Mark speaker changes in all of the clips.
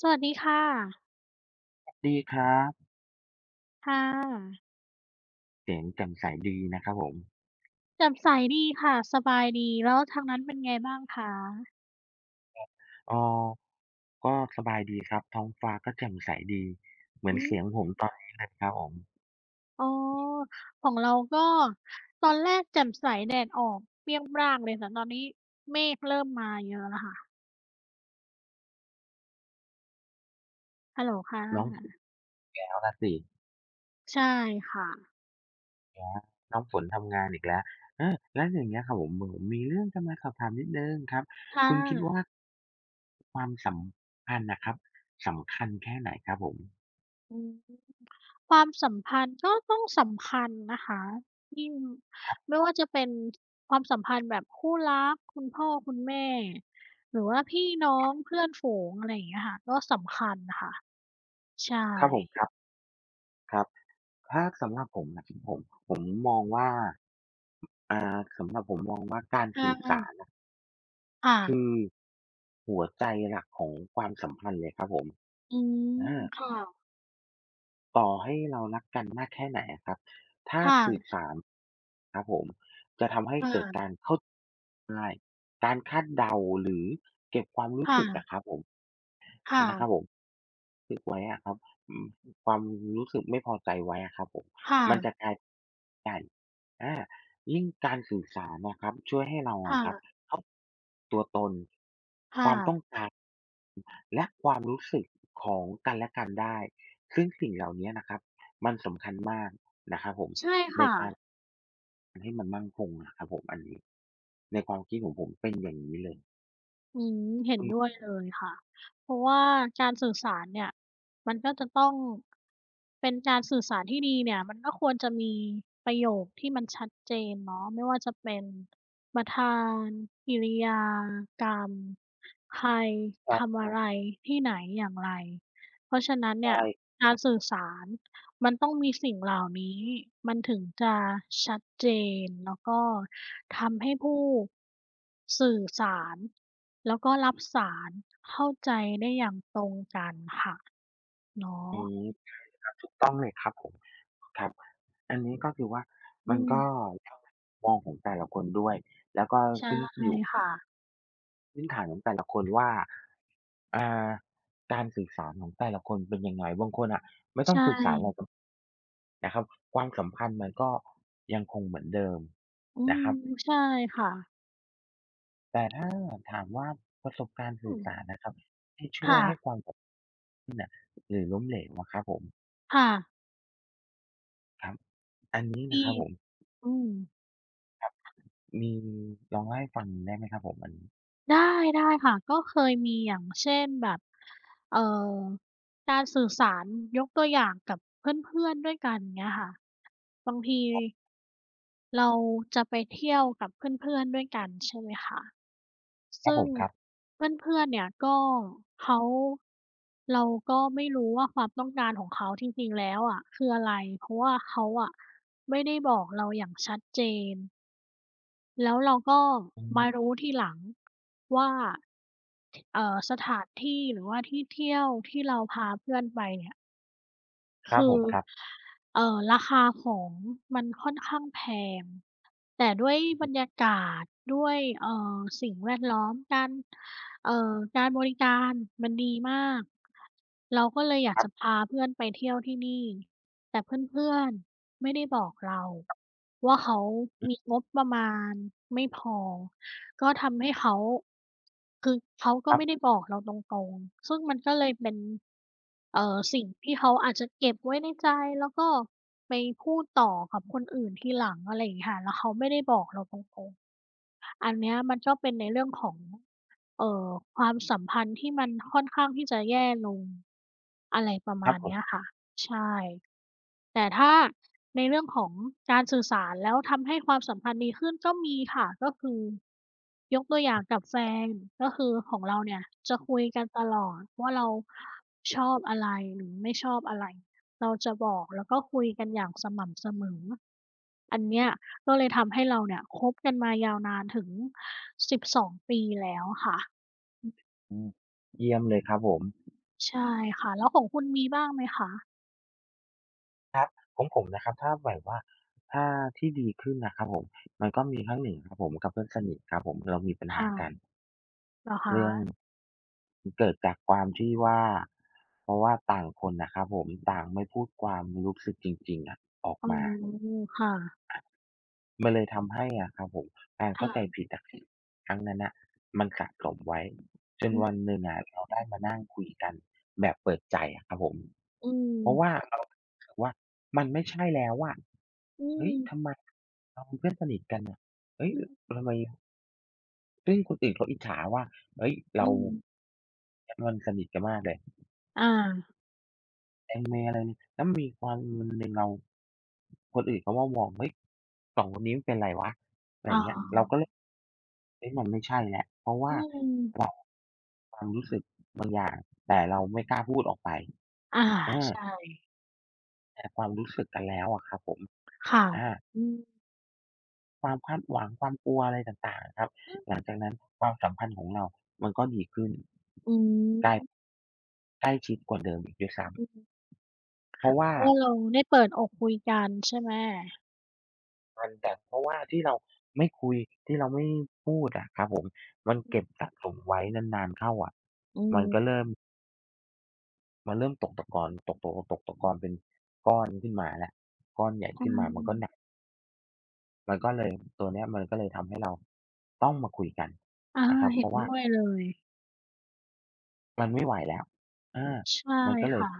Speaker 1: สวัสดีค่ะ
Speaker 2: ดีครับ
Speaker 1: ค่ะ
Speaker 2: เสียงแจ่มใสดีนะครับผม
Speaker 1: แจ่มใสดีค่ะ สบายดี แล้วทางนั้นเป็นไงบ้างคะ
Speaker 2: อ๋อก็สบายดีครับท้องฟ้าก็แจ่มใสดีเหมือน
Speaker 1: อืม
Speaker 2: เสียงผมตอนนี้เลยครับผม
Speaker 1: อ๋อของเราก็ ตอนแรกแจ่มใสแดดออกเปรี้ยงปร้างเลยแต่ตอนนี้เมฆเริ่มมาเยอะแล้วค่ะ ฮัลโหลค่ะ
Speaker 2: น้องแพ้วล่ะสิ
Speaker 1: ใช่ค่ะ
Speaker 2: แหมน้องฝนทำงานอีกแล้วเออแล้วอย่างเงี้ยครับผมผมมีเรื่องจะมาสอบถามนิดหนึ่งครับ
Speaker 1: ค่
Speaker 2: คุณคิดว่า
Speaker 1: ะ
Speaker 2: ความสัมพันธ์น่ะครับสำคัญแค่ไหนครับผม
Speaker 1: อืม ความสัมพันธ์ก็ต้องสัมพันธ์นะคะยิ่ง
Speaker 2: ครับ
Speaker 1: ไม่ว่าจะเป็นความสัมพันธ์แบบคู่รักคุณพ่อคุณแม่หรือว่าพี่น้องเพื่อนฝูงอะไรอย่างเงี้ยค่ะก็สำคัญค่ะใช่
Speaker 2: ครับผมครับครับถ้าสำหรับผมนะครับผมผมมองว่าสำหรับผมมองว่าการ
Speaker 1: อ
Speaker 2: สื่อสาร
Speaker 1: าค่ะ
Speaker 2: คือหัวใจหลักของความสัมพันธ์เลยครับผม
Speaker 1: อืม
Speaker 2: อา
Speaker 1: ค่ะ
Speaker 2: ต่อให้เรารักกันมากแค่ไหนอะครับถ้า
Speaker 1: ค่ะ
Speaker 2: สื่อสารครับผมจะทำให้เกิดกา
Speaker 1: ค่ะ
Speaker 2: รเข้าใจยการคาดเดาหรือเก็บความรู้
Speaker 1: ค่ะ
Speaker 2: สึกอะครับผม
Speaker 1: ค่ะ
Speaker 2: นะครับผมรู้สึกไว้อะครับอืมความรู้สึกไม่พอใจไว้อะครับผม
Speaker 1: ค่ะ
Speaker 2: มันจะกลายใช่อายิ่งการสื่อสารนะครับช่วยให้เราอะ
Speaker 1: ค่ะ
Speaker 2: ครับเข้าตัวตน ค
Speaker 1: ค่ะ
Speaker 2: วามต้องการและความรู้สึกของกันและกันได้ ซึ่งสิ่งเหล่าเนี้ยนะครับมันสำคัญมากนะครับผม
Speaker 1: ใช่
Speaker 2: ใน
Speaker 1: ค่ะ
Speaker 2: การให้มันมั่นคงอะครับผมอันนี้ในความคิดของผมเป็นอย่างนี้เลย
Speaker 1: อืมเห็น
Speaker 2: อื
Speaker 1: ด้ว
Speaker 2: ม
Speaker 1: ยเลยค่ะ เพราะว่าการสื่อสารเนี่ยมันก็จะต้องเป็นการสื่อสารที่ดีเนี่ยมันก็ควรจะมีประโยคที่มันชัดเจนเนาะไม่ว่าจะเป็นประธานกิริยากรรมใคร
Speaker 2: ครั
Speaker 1: ทำ
Speaker 2: บ
Speaker 1: อะไรที่ไหนอย่างไรเพราะฉะนั้นเนี่
Speaker 2: ใช่
Speaker 1: ยการสื่อสารมันต้องมีสิ่งเหล่านี้มันถึงจะชัดเจนแล้วก็ทำให้ผู้สื่อสาร แล้วก็รับสารเข้าใจได้อย่างตรงกันค่ะ
Speaker 2: อื
Speaker 1: เนาะ
Speaker 2: ม ถูกต้องเลยครับผมครับอันนี้ก็คือว่า
Speaker 1: อื
Speaker 2: มัน
Speaker 1: ม
Speaker 2: ก็แล้วแต่มุมมองของแต่ละคนด้วยแล้วก็
Speaker 1: ใช่
Speaker 2: ขึ้นอยู่
Speaker 1: ค่ะ
Speaker 2: พื้นฐานของแต่ละคนว่าอ่าการสื่อสารของแต่ละคนเป็นยังไงบางคนอ่ะไม่ต้อง
Speaker 1: ใช่
Speaker 2: สื่อสารอะไรกันนะครับความสัมพันธ์มันก็ยังคงเหมือนเดิม
Speaker 1: อื
Speaker 2: นะค
Speaker 1: ม
Speaker 2: รับ
Speaker 1: ใช่ค่ะ
Speaker 2: แต่ถ้าถามว่าประสบการณ์สื่
Speaker 1: อื
Speaker 2: อ
Speaker 1: ม
Speaker 2: สารนะครับที่ช่วย
Speaker 1: ค่ะ
Speaker 2: ให้ความสัมพันธ์น่ะหรือล้มเหลวอะครับผม
Speaker 1: ค่ะ
Speaker 2: ครับอันนี้นะ
Speaker 1: มี
Speaker 2: ครับผม
Speaker 1: อืม
Speaker 2: มีลองเล่าให้ฟังได้ไหมครับผมอัน
Speaker 1: ได้ได้ค่ะก็เคยมีอย่างเช่นแบบเอ่อการสื่อสารยกตัวอย่างกับเพื่อนๆด้วยกันเงี้ยค่ะบางทีเราจะไปเที่ยวกับเพื่อนๆด้วยกันใช่ไหมคะ
Speaker 2: ครับผ
Speaker 1: ซึ่ง
Speaker 2: มครับ
Speaker 1: เพื่อนๆเนี่ยก็เขาเราก็ไม่รู้ว่าความต้องการของเขาจริงๆแล้วอะคืออะไรเพราะว่าเขาอะไม่ได้บอกเราอย่างชัดเจนแล้วเราก็
Speaker 2: อื
Speaker 1: มา
Speaker 2: ม
Speaker 1: รู้ทีหลังว่าทสถานที่หรือว่าที่เที่ยวที่เราพาเพื่อนไปเนี่ย
Speaker 2: ครับ
Speaker 1: คื
Speaker 2: ผ
Speaker 1: อ
Speaker 2: มครับ
Speaker 1: ราคาของมันค่อนข้างแพงแต่ด้วยบรรยากาศด้วยสิ่งแวดล้อมการการบริการมันดีมากเราก็เลยอยา
Speaker 2: ค
Speaker 1: ก
Speaker 2: รั
Speaker 1: จะ
Speaker 2: บ
Speaker 1: พาเพื่อนไปเที่ยวที่นี่แต่เพื่อนๆไม่ได้บอกเราว่าเขา
Speaker 2: อือ
Speaker 1: มีงบประมาณไม่พอ ก็ทำให้เขาคือเขา
Speaker 2: ค
Speaker 1: ก็
Speaker 2: รั
Speaker 1: ไม่ได้
Speaker 2: บ
Speaker 1: บอกเราตรงๆซึ่งมันก็เลยเป็นสิ่งที่เขาอาจจะเก็บไว้ในใจแล้วก็ไปพูดต่อกับคนอื่นทีหลังอะไรอย่างเงี้ยค่ะแล้วเขาไม่ได้บอกเราตรงๆอันเนี้ยมันก็เป็นในเรื่องของเอ่อความสัมพันธ์ที่มันค่อนข้างที่จะแย่ลงอะไรประ
Speaker 2: ครั
Speaker 1: มา
Speaker 2: บ
Speaker 1: ณ
Speaker 2: ผ
Speaker 1: เนี้ย
Speaker 2: ม
Speaker 1: ค่ะใช่ แต่ถ้าในเรื่องของการสื่อสารแล้วทำให้ความสัมพันธ์ดีขึ้นก็มีค่ะก็คือยกตัวอย่างกับแฟนก็คือของเราเนี่ยจะคุยกันตลอดว่าเราชอบอะไรหรือไม่ชอบอะไรเราจะบอกแล้วก็คุยกันอย่างสม่ำเสมออันเนี้ยก็เลยทำให้เราเนี่ยคบกันมายาวนานถึง12ปีแล้วค่ะ
Speaker 2: อืมเยี่ยมเลยครับผม
Speaker 1: ใช่ค่ะแล้วของคุณมีบ้างไหมคะ
Speaker 2: ของผมนะครับถ้าแบบว่าถ้าที่ดีขึ้นนะครับผมมันก็มีครั้งหนึ่งครับผมกับเพื่อนสนิทครับผมเรามีปัญหา
Speaker 1: ค่ะ
Speaker 2: กัน
Speaker 1: เหรอคะ
Speaker 2: เรื่องเกิดจากความที่ว่าเพราะว่าต่างคนน่ะครับผมต่างไม่พูดความรู้สึกจริงๆอะออก
Speaker 1: อ๋อ
Speaker 2: มา
Speaker 1: ค่ะ
Speaker 2: มันเลยทำให้อะครับผมการเข้าใจ
Speaker 1: ค่ะ
Speaker 2: ผิดอะครั้งนั้นน่ะมันสะสมไว้จน
Speaker 1: อื
Speaker 2: วัน
Speaker 1: อ
Speaker 2: หนึ่งอะเราได้มานั่งคุยกันแบบเปิดใจอะครับผม
Speaker 1: อื
Speaker 2: เพราะว่า
Speaker 1: ม
Speaker 2: เรารู้สึกว่ามันไม่ใช่แล้วอะ
Speaker 1: อื
Speaker 2: เฮ้ยทำ
Speaker 1: ม
Speaker 2: ไมเราเป็นเพื่อนสนิทกันน่ะเฮ้ย
Speaker 1: อืม
Speaker 2: ทำไมซึ่งคนอื่นเขาอิจฉาว่าเฮ้ย
Speaker 1: อื
Speaker 2: เรา
Speaker 1: ม
Speaker 2: มันสนิทกันมากเลย
Speaker 1: อา
Speaker 2: แองเมอะไรเนี่ยแล้วมีความันหนึ่งเราคนอื่นเขามามองเฮ้ยสองคนนี้มันเป็นไรวะอะไรอ
Speaker 1: อ๋อ
Speaker 2: ย่างเงี้ยเราก็เลยเฮ้ยมันไม่ใช่แล้วเพราะว่า
Speaker 1: อื
Speaker 2: เรา
Speaker 1: ม
Speaker 2: ความรู้สึกบางอย่างแต่เราไม่กล้าพูดออกไป
Speaker 1: อา
Speaker 2: อา
Speaker 1: ใช่
Speaker 2: แตรความรู้สึกกันแล้วอะครับผม
Speaker 1: ค่ะ
Speaker 2: อา
Speaker 1: อืม
Speaker 2: ความคาดหวังความกลัวอะไรต่างๆอะครับ
Speaker 1: อื
Speaker 2: หลั
Speaker 1: ม
Speaker 2: งจากนั้นความสัมพันธ์ของเรามันก็ดีขึ้น
Speaker 1: อื
Speaker 2: ใกล
Speaker 1: ม
Speaker 2: ใกล้ชิดกว่าเดิมอีกด้วยซ้
Speaker 1: อืม
Speaker 2: ำเพราะว่า
Speaker 1: เพราะว่าเราได้เปิดอกคุยกันใช่ไหม
Speaker 2: มันแต่เพราะว่าที่เราไม่คุยที่เราไม่พูดอะครับผมมันเก็บสะสมไว้นานๆเข้าอะ
Speaker 1: อื
Speaker 2: มันก็
Speaker 1: ม
Speaker 2: เริ่มมันเริ่มตกตะกอนตกๆๆตกตะกอนเป็นก้อนขึ้นมาแล้วก้อนใหญ่
Speaker 1: ใช
Speaker 2: ขึ้นมามันก็ห
Speaker 1: ่
Speaker 2: นักมันก็เลยตัวเนี้ยมันก็เลยทำให้เราต้องมาคุยกัน
Speaker 1: อา
Speaker 2: นะครับเพ
Speaker 1: เห็น
Speaker 2: ราะว่า
Speaker 1: ด้วยเลย
Speaker 2: มันไม่ไหวแล้วอา
Speaker 1: ใช่
Speaker 2: มันก็เลย
Speaker 1: ค่ะ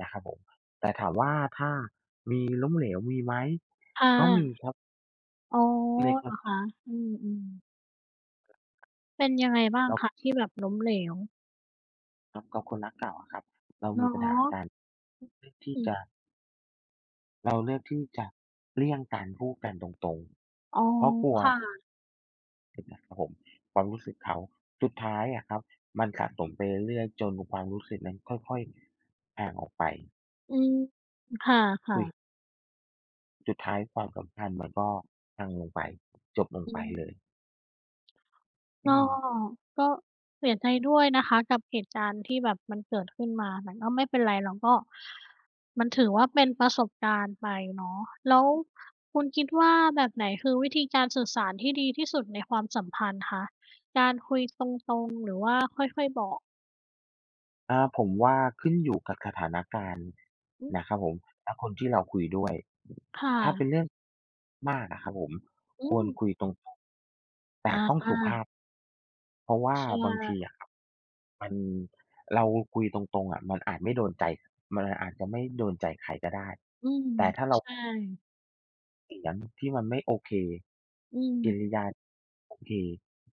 Speaker 2: นะครับผมแต่ถามว่าถ้ามีล้มเหลวมีไหม
Speaker 1: ค่
Speaker 2: ก็มี
Speaker 1: ะ
Speaker 2: ครับ
Speaker 1: อ๋อ
Speaker 2: ในค
Speaker 1: เหร
Speaker 2: น
Speaker 1: อคะอืมๆเป็นยังไงบ้าง
Speaker 2: เรา
Speaker 1: คะที่แบบล้มเหลว
Speaker 2: ครับกับคนรักเก่าอะครับเรา
Speaker 1: เหร
Speaker 2: มี
Speaker 1: อ
Speaker 2: ปัญหากันเลือกที่
Speaker 1: อืม
Speaker 2: จะเราเลือกที่จะเลี่ยงการพูดกันตรง
Speaker 1: อ๋อ
Speaker 2: ๆเพราะกลัว
Speaker 1: ค่ะ
Speaker 2: นะครับผมความรู้สึกเขาสุดท้ายอะครับมันสะสมไปเรื่อยๆจนความรู้สึกนั้นค่อยๆห่างออกไป
Speaker 1: อืมค
Speaker 2: คุ
Speaker 1: ่ะ
Speaker 2: ย
Speaker 1: ๆ
Speaker 2: สุดท้ายความสัมพันธ์มันก็พังลงไปจบลง
Speaker 1: อื
Speaker 2: ไปเลย
Speaker 1: ม
Speaker 2: อื
Speaker 1: ก็
Speaker 2: ม
Speaker 1: ก็เสียใจด้วยนะคะกับเหตุการณ์ที่แบบมันเกิดขึ้นมาแต่ก็ไม่เป็นไรเราก็มันถือว่าเป็นประสบการณ์ไปเนาะแล้วคุณคิดว่าแบบไหนคือวิธีการสื่อสารที่ดีที่สุดในความสัมพันธ์คะการคุยตรงๆหรือว่าค่อยๆบอก
Speaker 2: อาผมว่าขึ้นอยู่กับสถานการณ์
Speaker 1: อืม
Speaker 2: นะครับผมและคนที่เราคุยด้วย
Speaker 1: ค่ะ
Speaker 2: ถ้าเป็นเรื่องมากอะครับผมค
Speaker 1: อื
Speaker 2: วร
Speaker 1: ม
Speaker 2: คุยตรงๆ
Speaker 1: อ
Speaker 2: แต่ต้องสุภา
Speaker 1: า
Speaker 2: พเพราะว่า
Speaker 1: ๆใช่
Speaker 2: บางทีอะครับมันเราคุยตรงๆอะมันอาจไม่โดนใจมันอาจจะไม่โดนใจใครก็ได้
Speaker 1: อืม
Speaker 2: แต่ถ้าเรา
Speaker 1: ใช่
Speaker 2: เสียงที่มันไม่โอเค
Speaker 1: อืม
Speaker 2: กิริยาโอเค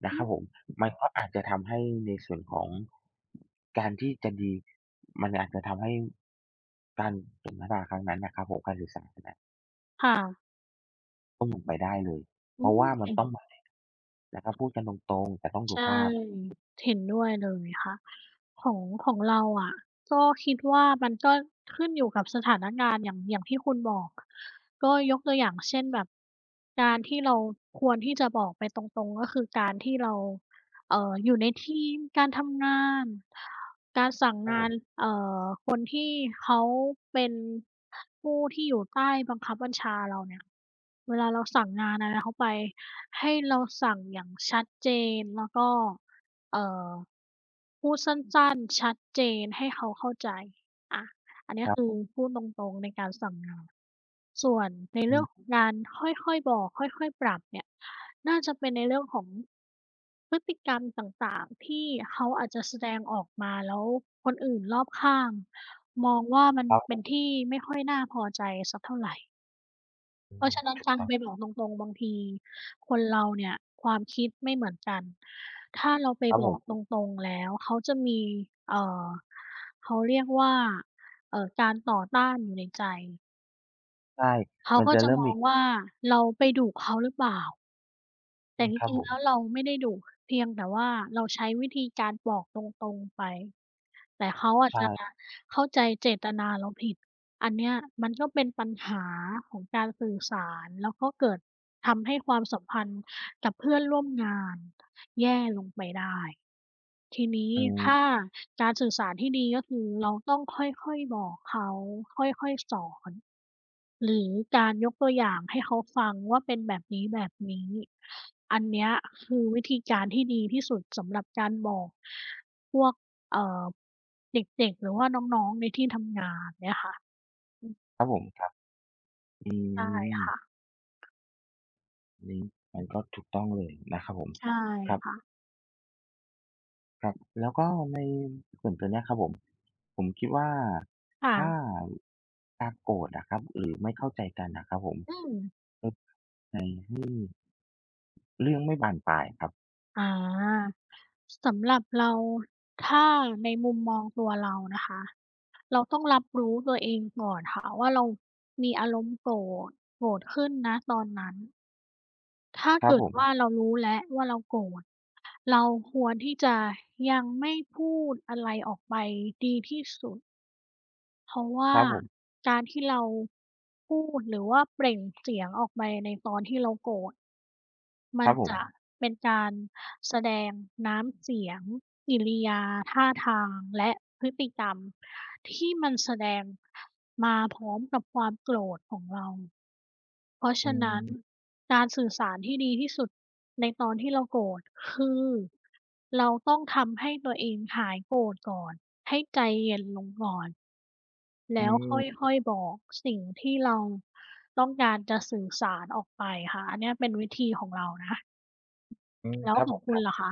Speaker 2: นะ
Speaker 1: อื
Speaker 2: ครับ
Speaker 1: ม
Speaker 2: ผมมันก็อาจจะทำให้ในส่วนของการที่จะดีมันอาจจะทำให้การสนทนาครั้งนั้นนะครับผมการสื่อสารน่ะ
Speaker 1: ค่ะ
Speaker 2: ต้องลงไปได้เลยเพ
Speaker 1: อื
Speaker 2: ราะ
Speaker 1: ม
Speaker 2: ว่ามัน
Speaker 1: เห็น
Speaker 2: ต้องมาในนะครับพูดกันตรงๆแต่ต้อง
Speaker 1: ใช
Speaker 2: สุภาพ
Speaker 1: ่เห็นด้วยเลยค่ะของของเราอะก็คิดว่ามันก็ขึ้นอยู่กับสถานการณ์อย่างอย่างที่คุณบอกก็ยกตัวอย่างเช่นแบบการที่เราควรที่จะบอกไปตรงๆก็คือการที่เรา เอ่ออยู่ในทีมการทำงานการสั่ง
Speaker 2: ครับผ
Speaker 1: งาน
Speaker 2: ม
Speaker 1: เอ่อคนที่เขาเป็นผู้ที่อยู่ใต้บังคับบัญชาเราเนี่ยเวลาเราสั่งงานอะไรเขาไปให้เราสั่งอย่างชัดเจนแล้วก็เอ่อพูดสั้นๆชัดเจนให้เขาเข้าใจอา อันเนี้
Speaker 2: ค
Speaker 1: ย
Speaker 2: รั
Speaker 1: คือ
Speaker 2: บ
Speaker 1: พูดตรงๆในการสั่งงาน ส่วนใน
Speaker 2: อื
Speaker 1: เรื่องขอ
Speaker 2: ม
Speaker 1: งการค่อยๆบอกค่อยๆปรับเนี่ยน่าจะเป็นในเรื่องของพฤติกรรมต่างๆที่เขาอาจจะแสดงออกมาแล้วคนอื่นรอบข้างมองว่ามัน
Speaker 2: ครั
Speaker 1: เป็น
Speaker 2: บ
Speaker 1: ที่ไม่ค่อยน่าพอใจสักเท่าไร
Speaker 2: อื
Speaker 1: เพ
Speaker 2: ม
Speaker 1: ราะฉะนั้น
Speaker 2: ถูก
Speaker 1: ฟัง
Speaker 2: ต้อง
Speaker 1: ไปบอกตรงๆบางทีคนเราเนี่ยความคิดไม่เหมือนกันถ้าเราไป
Speaker 2: ครับ
Speaker 1: บ
Speaker 2: ผ
Speaker 1: อกต
Speaker 2: ม
Speaker 1: รงๆแล้วเขาจะมีเอ่อเขาเรียกว่าการต่อต้านอยู่ในใจ
Speaker 2: ใช่
Speaker 1: เขา
Speaker 2: มัน
Speaker 1: ก็
Speaker 2: จะ
Speaker 1: จะ
Speaker 2: เริ่ม
Speaker 1: มอ
Speaker 2: มี
Speaker 1: งว่าเราไปดุเขาหรือเปล่า
Speaker 2: อื
Speaker 1: แต่
Speaker 2: ม
Speaker 1: จ
Speaker 2: ครับ
Speaker 1: ริง
Speaker 2: ผ
Speaker 1: ๆ
Speaker 2: ม
Speaker 1: แล้วเราไม่ได้ดุเพียงแต่ว่าเราใช้วิธีการบอกตรงๆไปแต่เขาอาจ
Speaker 2: ใช่
Speaker 1: จะเข้าใจเจตนาเราผิดอันเนี้ยมันก็เป็นปัญหาของการสื่อสารแล้วก็เกิดทำให้ความสัมพันธ์กับเพื่อนร่วมงานแย่ลงไปได้ทีนี้
Speaker 2: อื
Speaker 1: ถ้า
Speaker 2: ม
Speaker 1: การสื่อสารที่ดีก็คือเราต้องค่อยๆบอกเขาค่อยๆสอน หรือการยกตัวอย่างให้เขาฟังว่าเป็นแบบนี้แบบนี้อันเนี้ยคือวิธีการที่ดีที่สุดสำหรับการบอกพวกเอ่อเด็กๆหรือว่าน้องๆในที่ทำงานเนี่ยค่ะ
Speaker 2: ครับผมครับอื
Speaker 1: ใช่
Speaker 2: ม
Speaker 1: ค่ะ
Speaker 2: นี่มันก็ถูกต้องเลยนะครับผม
Speaker 1: ใช่
Speaker 2: ครับ
Speaker 1: ค่ะ
Speaker 2: ครับแล้วก็ในส่วนตัวเนี้ยครับผมผมคิดว่าถ้า
Speaker 1: ค่ะ
Speaker 2: การโกรธอะครับหรือไม่เข้าใจกันน่ะครับผม
Speaker 1: อืม
Speaker 2: ลดในให้เรื่องไม่บานปลายครับ
Speaker 1: อาสำหรับเราถ้าในมุมมองตัวเรานะคะเราต้องรับรู้ตัวเองก่อนค่ะว่าเรามีอารมณ์โกรธโกรธขึ้นณตอนนั้น ถ้า
Speaker 2: ครับ
Speaker 1: เกิ
Speaker 2: ผ
Speaker 1: ด
Speaker 2: ม
Speaker 1: ว่าเรารู้แล้วว่าเราโกรธเราควรที่จะยังไม่พูดอะไรออกไปดีที่สุดเพราะ
Speaker 2: ค
Speaker 1: ว่า
Speaker 2: รับผม
Speaker 1: การที่เราพูดหรือว่าเปล่งเสียงออกไปในตอนที่เราโกรธ
Speaker 2: ค
Speaker 1: มั
Speaker 2: รั
Speaker 1: น
Speaker 2: บผม
Speaker 1: จะเป็นการแสดงน้ำเสียงกิริยาท่าทางและพฤติกรรมที่มันแสดงมาพร้อมกับความโกรธของเรา เพราะ
Speaker 2: อื
Speaker 1: ฉะนั้น
Speaker 2: ม
Speaker 1: การสื่อสารที่ดีที่สุดในตอนที่เราโกรธคือเราโกรธก่อนให้ใจเย็นลงก่อน
Speaker 2: อื
Speaker 1: แล้ว
Speaker 2: ม
Speaker 1: ค่อยๆบอกสิ่งที่เราต้องการจะสื่อสารออกไปค่ะอันเนี้ยเป็นวิธีของเรานะ
Speaker 2: อืม
Speaker 1: แล้
Speaker 2: ค
Speaker 1: ว
Speaker 2: รับ
Speaker 1: ข
Speaker 2: ผ
Speaker 1: อง
Speaker 2: ม
Speaker 1: คุณล่ะคะ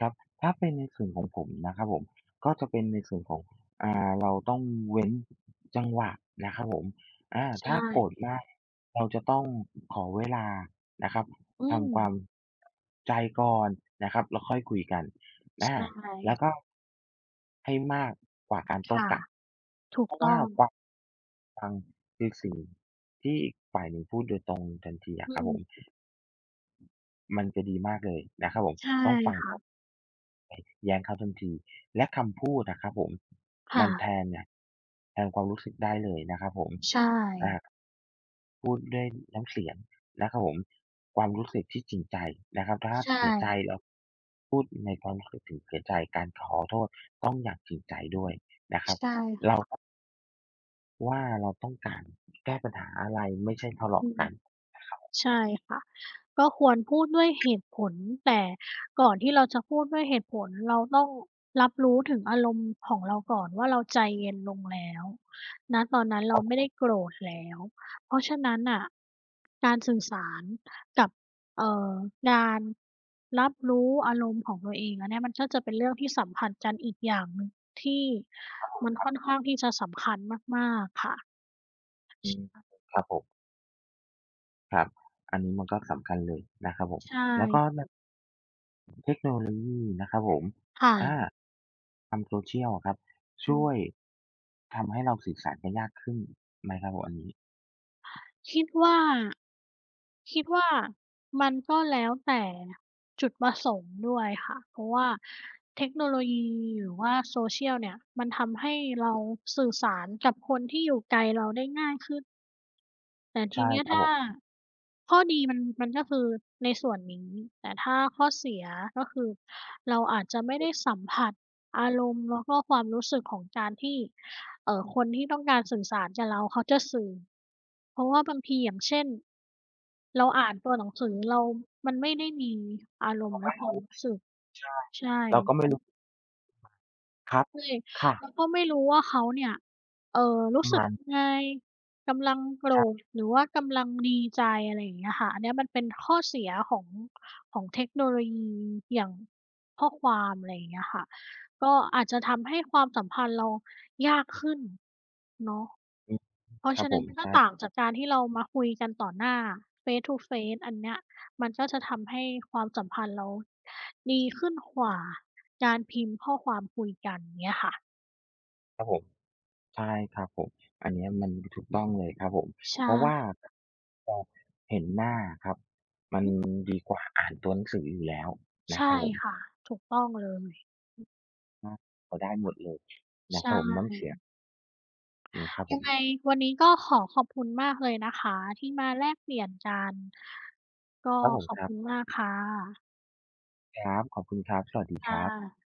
Speaker 2: ครับถ้าเป็นในส่วนของผมนะครับผมก็จะเป็นในส่วนของเราต้องเว้นจังหวะนะครับผมอาถ้า
Speaker 1: ใช่
Speaker 2: โกรธมากเราจะต้องขอเวลานะครับ
Speaker 1: อืม
Speaker 2: ทำความใจก่อนนะครับแล้วค่อยคุยกันอา
Speaker 1: ใช่
Speaker 2: แล้วก็ให้มากกว่าการโต้
Speaker 1: ค่ะ
Speaker 2: กลับ
Speaker 1: ถู
Speaker 2: เพ
Speaker 1: ก
Speaker 2: ราะ
Speaker 1: ต้
Speaker 2: ว่า
Speaker 1: อง
Speaker 2: ความฟังคือสิ่งที่อีกฝ่ายหนึ่งพูดโดยตรงทันทีอะ
Speaker 1: อื
Speaker 2: ครับ
Speaker 1: ม
Speaker 2: ผมมันจะดีมากเลยนะครับผม
Speaker 1: ใช่
Speaker 2: ต้องฟัง
Speaker 1: ค่ะ
Speaker 2: ก่อน แย้งเขาทันทีและคำพูดอะครับผมมั
Speaker 1: ค่ะ
Speaker 2: นแทนเนี่ยแทนความรู้สึกได้เลยนะครับผม
Speaker 1: ใช่
Speaker 2: อ่าพูดด้วยน้ำเสียงนะครับผมความรู้สึกที่จริงใจนะครับถ้า
Speaker 1: ใช่
Speaker 2: เสียใจเราพูดในความรู้สึกถึงเสียใจการขอโทษต้องอย่างจริงใจด้วยนะครับ
Speaker 1: ใช่
Speaker 2: ว่าเราต้องการแก้ปัญหาอะไรไม่ใช่ทะ
Speaker 1: อื
Speaker 2: เลาะ
Speaker 1: ม
Speaker 2: กันนะครับ
Speaker 1: ใช่ค่ะ ก็ควรพูดด้วยเหตุผลแต่ก่อนที่เราจะพูดด้วยเหตุผลเราต้องรับรู้ถึงอารมณ์ของเราก่อนว่าเราใจเย็นลงแล้วณตอนนั้นเราไม่ได้โกรธแล้วเพราะฉะนั้นน่ะการสื่อสารกับเอ่อการรับรู้อารมณ์ของตัวเองอันเนี้ยมันก็จะเป็นเรื่องที่สัมพันธ์กันอีกอย่างหนึ่งที่มันค่อนข้างที่จะสำคัญมากๆค่ะ
Speaker 2: อืมครับผมครับอันนี้มันก็สำคัญเลยนะครับผม
Speaker 1: ใช่
Speaker 2: แล้วก็ใน เทคโนโลยีนะครับผมอา
Speaker 1: ค่ะ
Speaker 2: ทำโซเช i a l อะครับ
Speaker 1: อื
Speaker 2: ช่วย
Speaker 1: ม
Speaker 2: ทำให้เราสื่อสารกันยากขึ้นไหมครับผมอันนี้
Speaker 1: คิดว่า คิดว่ามันก็แล้วแต่จุดประสงค์ด้วยค่ะ เพราะว่าเทคโนโลยีหรือว่า Social เนี่ยมันทำให้เราสื่อสารกับคนที่อยู่ไกลเราได้ง่ายขึ้น แต่ที
Speaker 2: ใช่
Speaker 1: เนี้ย
Speaker 2: ครับผ
Speaker 1: ถ้า
Speaker 2: ม
Speaker 1: ข้อดีมันก็คือในส่วนนี้แต่ถ้าข้อเสียก็คือเราอาจจะไม่ได้สัมผัสอารมณ์แล้วก็ความรู้สึกของการที่คนที่ต้องการสื่อสารกับเราเขาจะสื่อเพราะว่าบางทีอย่างเช่นเราอ่านตัวหนังสือเรามันไม่ได้มีอารมณ์และความรู้สึก
Speaker 2: ใช่
Speaker 1: ใช่
Speaker 2: เราก็ไม่
Speaker 1: เรา
Speaker 2: รู้ครับ
Speaker 1: ใช่
Speaker 2: ค่ะ
Speaker 1: แล้วก็ไม่รู้ว่าเขาเนี่ย
Speaker 2: ป
Speaker 1: รู้
Speaker 2: ระ
Speaker 1: สึก
Speaker 2: มาณ
Speaker 1: ยังไงกำลังโกร
Speaker 2: ใช่
Speaker 1: ธหรือว่ากำลังดีใจอะไรอย่างเงี้ยค่ะอันเนี้ยมันเป็นข้อเสียของของเทคโนโลยีอย่างข้อความอะไรอย่างเงี้ยค่ะก็อาจจะทำให้ความสัมพันธ์เรายากขึ้นเนาะ
Speaker 2: อืม
Speaker 1: เพ
Speaker 2: ค
Speaker 1: ราะ
Speaker 2: รับ
Speaker 1: ฉะ
Speaker 2: ผ
Speaker 1: นั้น
Speaker 2: ม
Speaker 1: มันก็
Speaker 2: ใช่
Speaker 1: ต่างจากการที่เรามาคุยกันต่อหน้า face to face อันเนี้ยมันก็จะทำให้ความสัมพันธ์เราดีขึ้นกว่าการพิมพ์ข้อความคุยกันเงี้ยค่ะ
Speaker 2: ครับผมใช่ครับผมอันเนี้ยมันถูกต้องเลยครับผม
Speaker 1: ใช่
Speaker 2: เพราะว่าพอเห็นหน้าครับมันดีกว่าอ่านตัวหนังสืออยู่แล้วนะค
Speaker 1: ใช่
Speaker 2: รับผม
Speaker 1: ค่ะถูกต้องเลย
Speaker 2: อาพอได้หมดเลยนะครับ
Speaker 1: ใช่
Speaker 2: ผมน้ำเสียงนะครับผ
Speaker 1: ยัง
Speaker 2: ม
Speaker 1: ไงวันนี้ก็ขอขอบคุณมากเลยนะคะที่มาแลกเปลี่ยนกันก็
Speaker 2: ครับผม
Speaker 1: ขอ
Speaker 2: ค
Speaker 1: บ
Speaker 2: รั
Speaker 1: คุณ
Speaker 2: บ
Speaker 1: มากค่ะ
Speaker 2: ครับขอบคุณครับ สวัสดีค
Speaker 1: ค่
Speaker 2: รับ
Speaker 1: ะ